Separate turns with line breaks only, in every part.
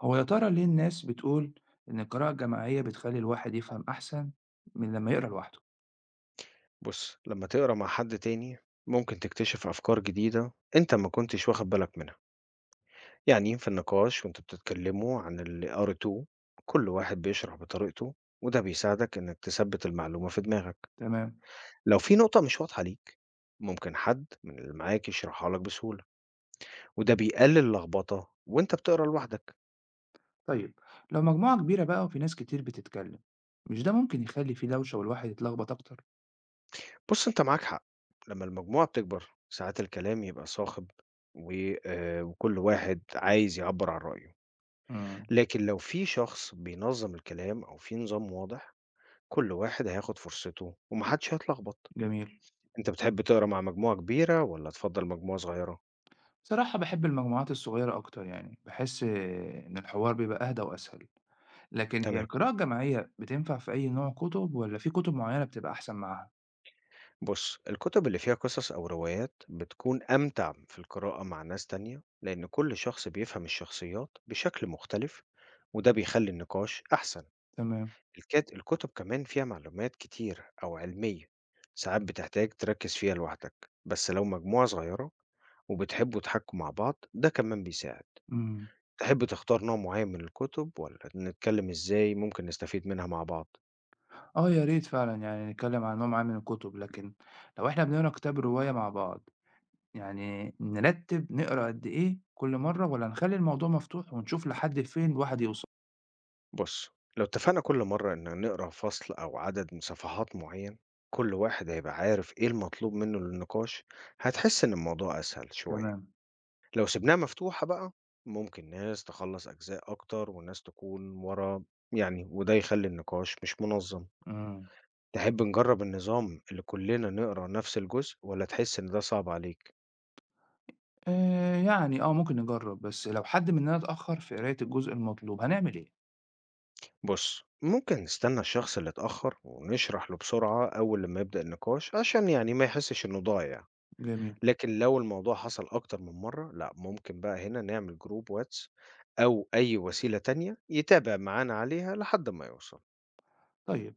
هو يا ترى ليه الناس بتقول إن القراءة الجماعية بتخلي الواحد يفهم أحسن من لما يقرأ لوحده؟
بُص، لمّا تقرا مع حد تاني ممكن تكتشف أفكار جديدة أنت ما كنتش واخد بالك منها، يعني في النقاش وأنتم بتتكلموا عن اللي قريتوه كل واحد بيشرح بطريقته وده بيساعدك إنك تثبت المعلومة في دماغك.
تمام.
لو في نقطة مش واضحة ليك ممكن حد من اللي معاك يشرحها لك بسهولة وده بيقلل اللخبطة وأنت بتقرا لوحدك.
طيب، لو مجموعة كبيرة بقى وفي ناس كتير بتتكلم مش ده ممكن يخلي فيه دوشة والواحد يتلخبط أكتر؟
بُص، أنت معاك حق. لمّا المجموعة بتكبر ساعات الكلام يبقى صاخب و وكل واحد عايز يعبّر عن رأيه.
امم.
لكن لو في شخص بينظم الكلام أو في نظام واضح كل واحد هياخد فرصته ومحدش هيتلخبط.
جميل.
انت بتحب تقرا مع مجموعة كبيرة ولا تفضل مجموعة صغيرة؟
صراحة بحب المجموعات الصغيرة أكتر، يعني بحس، إن الحوار بيبقى أهدى وأسهل. لكن هي
تمام.
القراءة الجماعية بتنفع في أي نوع كتب ولا في كتب معينة بتبقى أحسن معاها؟
بص الكتب اللي فيها قصص أو روايات بتكون أمتع في القراءة مع ناس تانية لأن كل شخص بيفهم الشخصيات بشكل مختلف وده بيخلي النقاش أحسن.
تمام.
الكتب كمان فيها معلومات كتير أو علمية ساعات بتحتاج تركز فيها لوحدك، بس لو مجموعة صغيرة وبتحبوا تحكوا مع بعض، ده كمان بيساعد.
امم.
تحب تختار نوع معين من الكتب والّا نتكلم إزاي ممكن نستفيد منها مع بعض؟
اه، يا ريت فعلا، يعني نتكلم عن نوع معين من الكتب. لكن لو احنا بنقرا كتاب رواية مع بعض، يعني نرتّب نقرا قد إيه كل مرّة والّا نخلّي الموضوع مفتوح ونشوف لحد فين الواحد يوصل؟
بُص، لو اتفقنا كل مرة إن نقرا فصل أو عدد من صفحات معين، كل واحد هيبقى عارف إيه المطلوب منه للنقاش، هتحس إن الموضوع أسهل شوية.
تمام.
لو سِبناها مفتوحة بقى، ممكن ناس تخلّص أجزاء أكتر وناس تكون ورا، يعني وده يخلّي النقاش مش منظم.
إمم.
تحب نجرب النظام اللي كلنا نقرا نفس الجزء والّا تحس إن ده صعب عليك؟
يعني ممكن نجرّب، بس لو حد مننا اتأخّر في قراية الجزء المطلوب هنعمل إيه؟
بص ممكن نستنى الشخص اللي اتأخر ونشرح له بسرعة أول لما يبدأ النقاش عشان يعني ما يحسش إنه ضايع.
جميل.
لكن لو الموضوع حصل أكتر من مرة، لا، ممكن بقى هنا نعمل جروب واتس أو أي وسيلة تانية يتابع معانا عليها لحد ما يوصل.
طيب،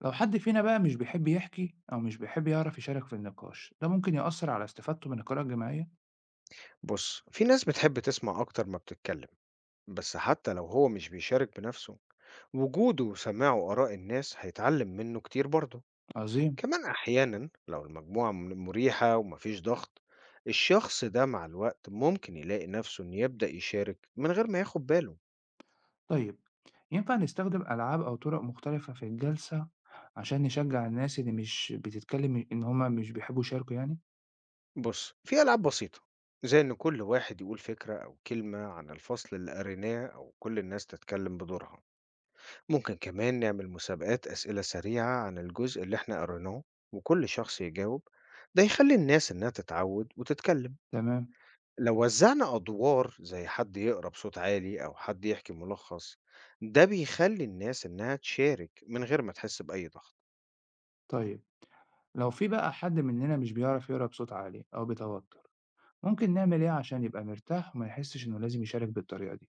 لو حد فينا بقى مش بيحب يحكي أو مش بيحب يعرف يشارك في النقاش، ده ممكن يأثّر على استفادته من القراءة الجماعية؟
بص في ناس بتحب تسمع أكتر ما بتتكلم، بس حتى لو هو مش بيشارك بنفسه وجوده وسماعه آراء الناس هيتعلم منه كتير برضه.
عظيم.
كمان أحيانا لو المجموعة مريحة ومفيش ضغط الشخص ده مع الوقت ممكن يلاقي نفسه إنه يبدأ يشارك من غير ما ياخد باله.
طيب، ينفع نستخدم ألعاب أو طُرق مختلفة في الجلسة عشان نشجّع الناس اللي مش بتتكلّم إن هم مش بيحبّوا يشاركوا، يعني؟
بص في ألعاب بسيطة زي إن كل واحد يقول فكرة أو كلمة عن الفصل اللي قريناه أو كل الناس تتكلم بدورها. ممكن كمان نعمل مسابقات أسئلة سريعة عن الجزء اللي إحنا قريناه وكل شخص يجاوب، ده يخلي الناس إنها تتعود وتتكلم.
تمام.
لو وزعنا أدوار زي حد يقرأ بصوت عالي أو حد يحكي ملخص، ده بيخلي الناس إنها تشارك من غير ما تحس بأي ضغط.
طيب. لو في بقى حد مننا مش بيعرف يقرأ بصوت عالي أو بتوتر، ممكن نعمل إيه عشان يبقى مرتاح وما يحسش إنه لازم يشارك بالطريقة دي؟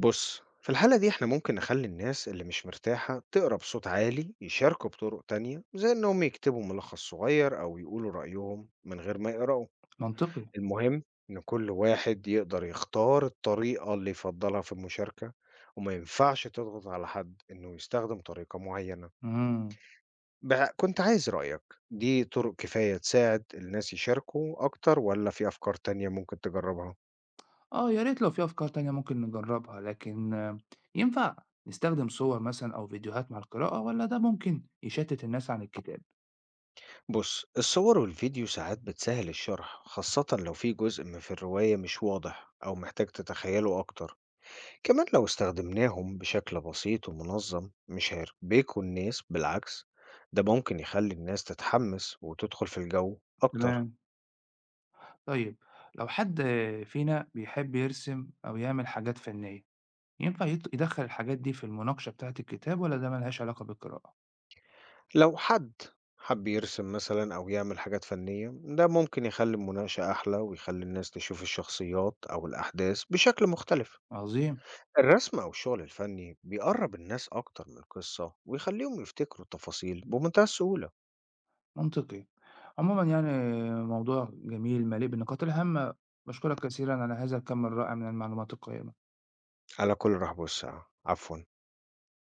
بص في الحالة دي احنا ممكن نخلي الناس اللي مش مرتاحة تقرأ بصوت عالي يشاركوا بطرق تانية زي إنهم يكتبوا ملخص صغير أو يقولوا رأيهم من غير ما يقرأوا.
منطقي.
المهم إن كل واحد يقدر يختار الطريقة اللي يفضلها في المشاركة وما ينفعش تضغط على حد إنه يستخدم طريقة معينة.
مم.
بقى كنت عايز رأيك، دي طرق كفاية تساعد الناس يشاركوا أكتر ولا في أفكار تانية ممكن تجربها؟
آه، يا ريت لو في أفكار تانية ممكن نجربها. لكن ينفع نستخدم صور مثلا أو فيديوهات مع القراءة، ولا ده ممكن يشتت الناس عن الكتاب؟
بص الصور والفيديو ساعات بتسهل الشرح، خاصة لو في جزء في الرواية مش واضح أو محتاج تتخيله أكتر. كمان لو استخدمناهم بشكل بسيط ومنظم مش هيربكوا الناس، بالعكس ده ممكن يخلي الناس تتحمس وتدخل في الجو أكتر.
تمام. طيب، لو حد فينا بيحب يرسم أو يعمل حاجات فنية، ينفع يدخل الحاجات دي في المناقشة بتاعة الكتاب، ولا ده ملهاش علاقة بالقراءة؟
لو حد حب يرسم مثلا أو يعمل حاجات فنية ده ممكن يخلي المناقشة أحلى ويخلي الناس تشوف الشخصيات أو الأحداث بشكل مختلف.
عظيم.
الرسم أو الشغل الفني بيقرب الناس أكتر من القصة ويخليهم يفتكروا التفاصيل بمنتهى السهولة.
منطقي. عمومًا يعني موضوع جميل مليء بالنقاط الهامة. باشكرك كثيرًا على هذا الكم الرائع من المعلومات القيمة.
على كل رحب والسعة، عفوا.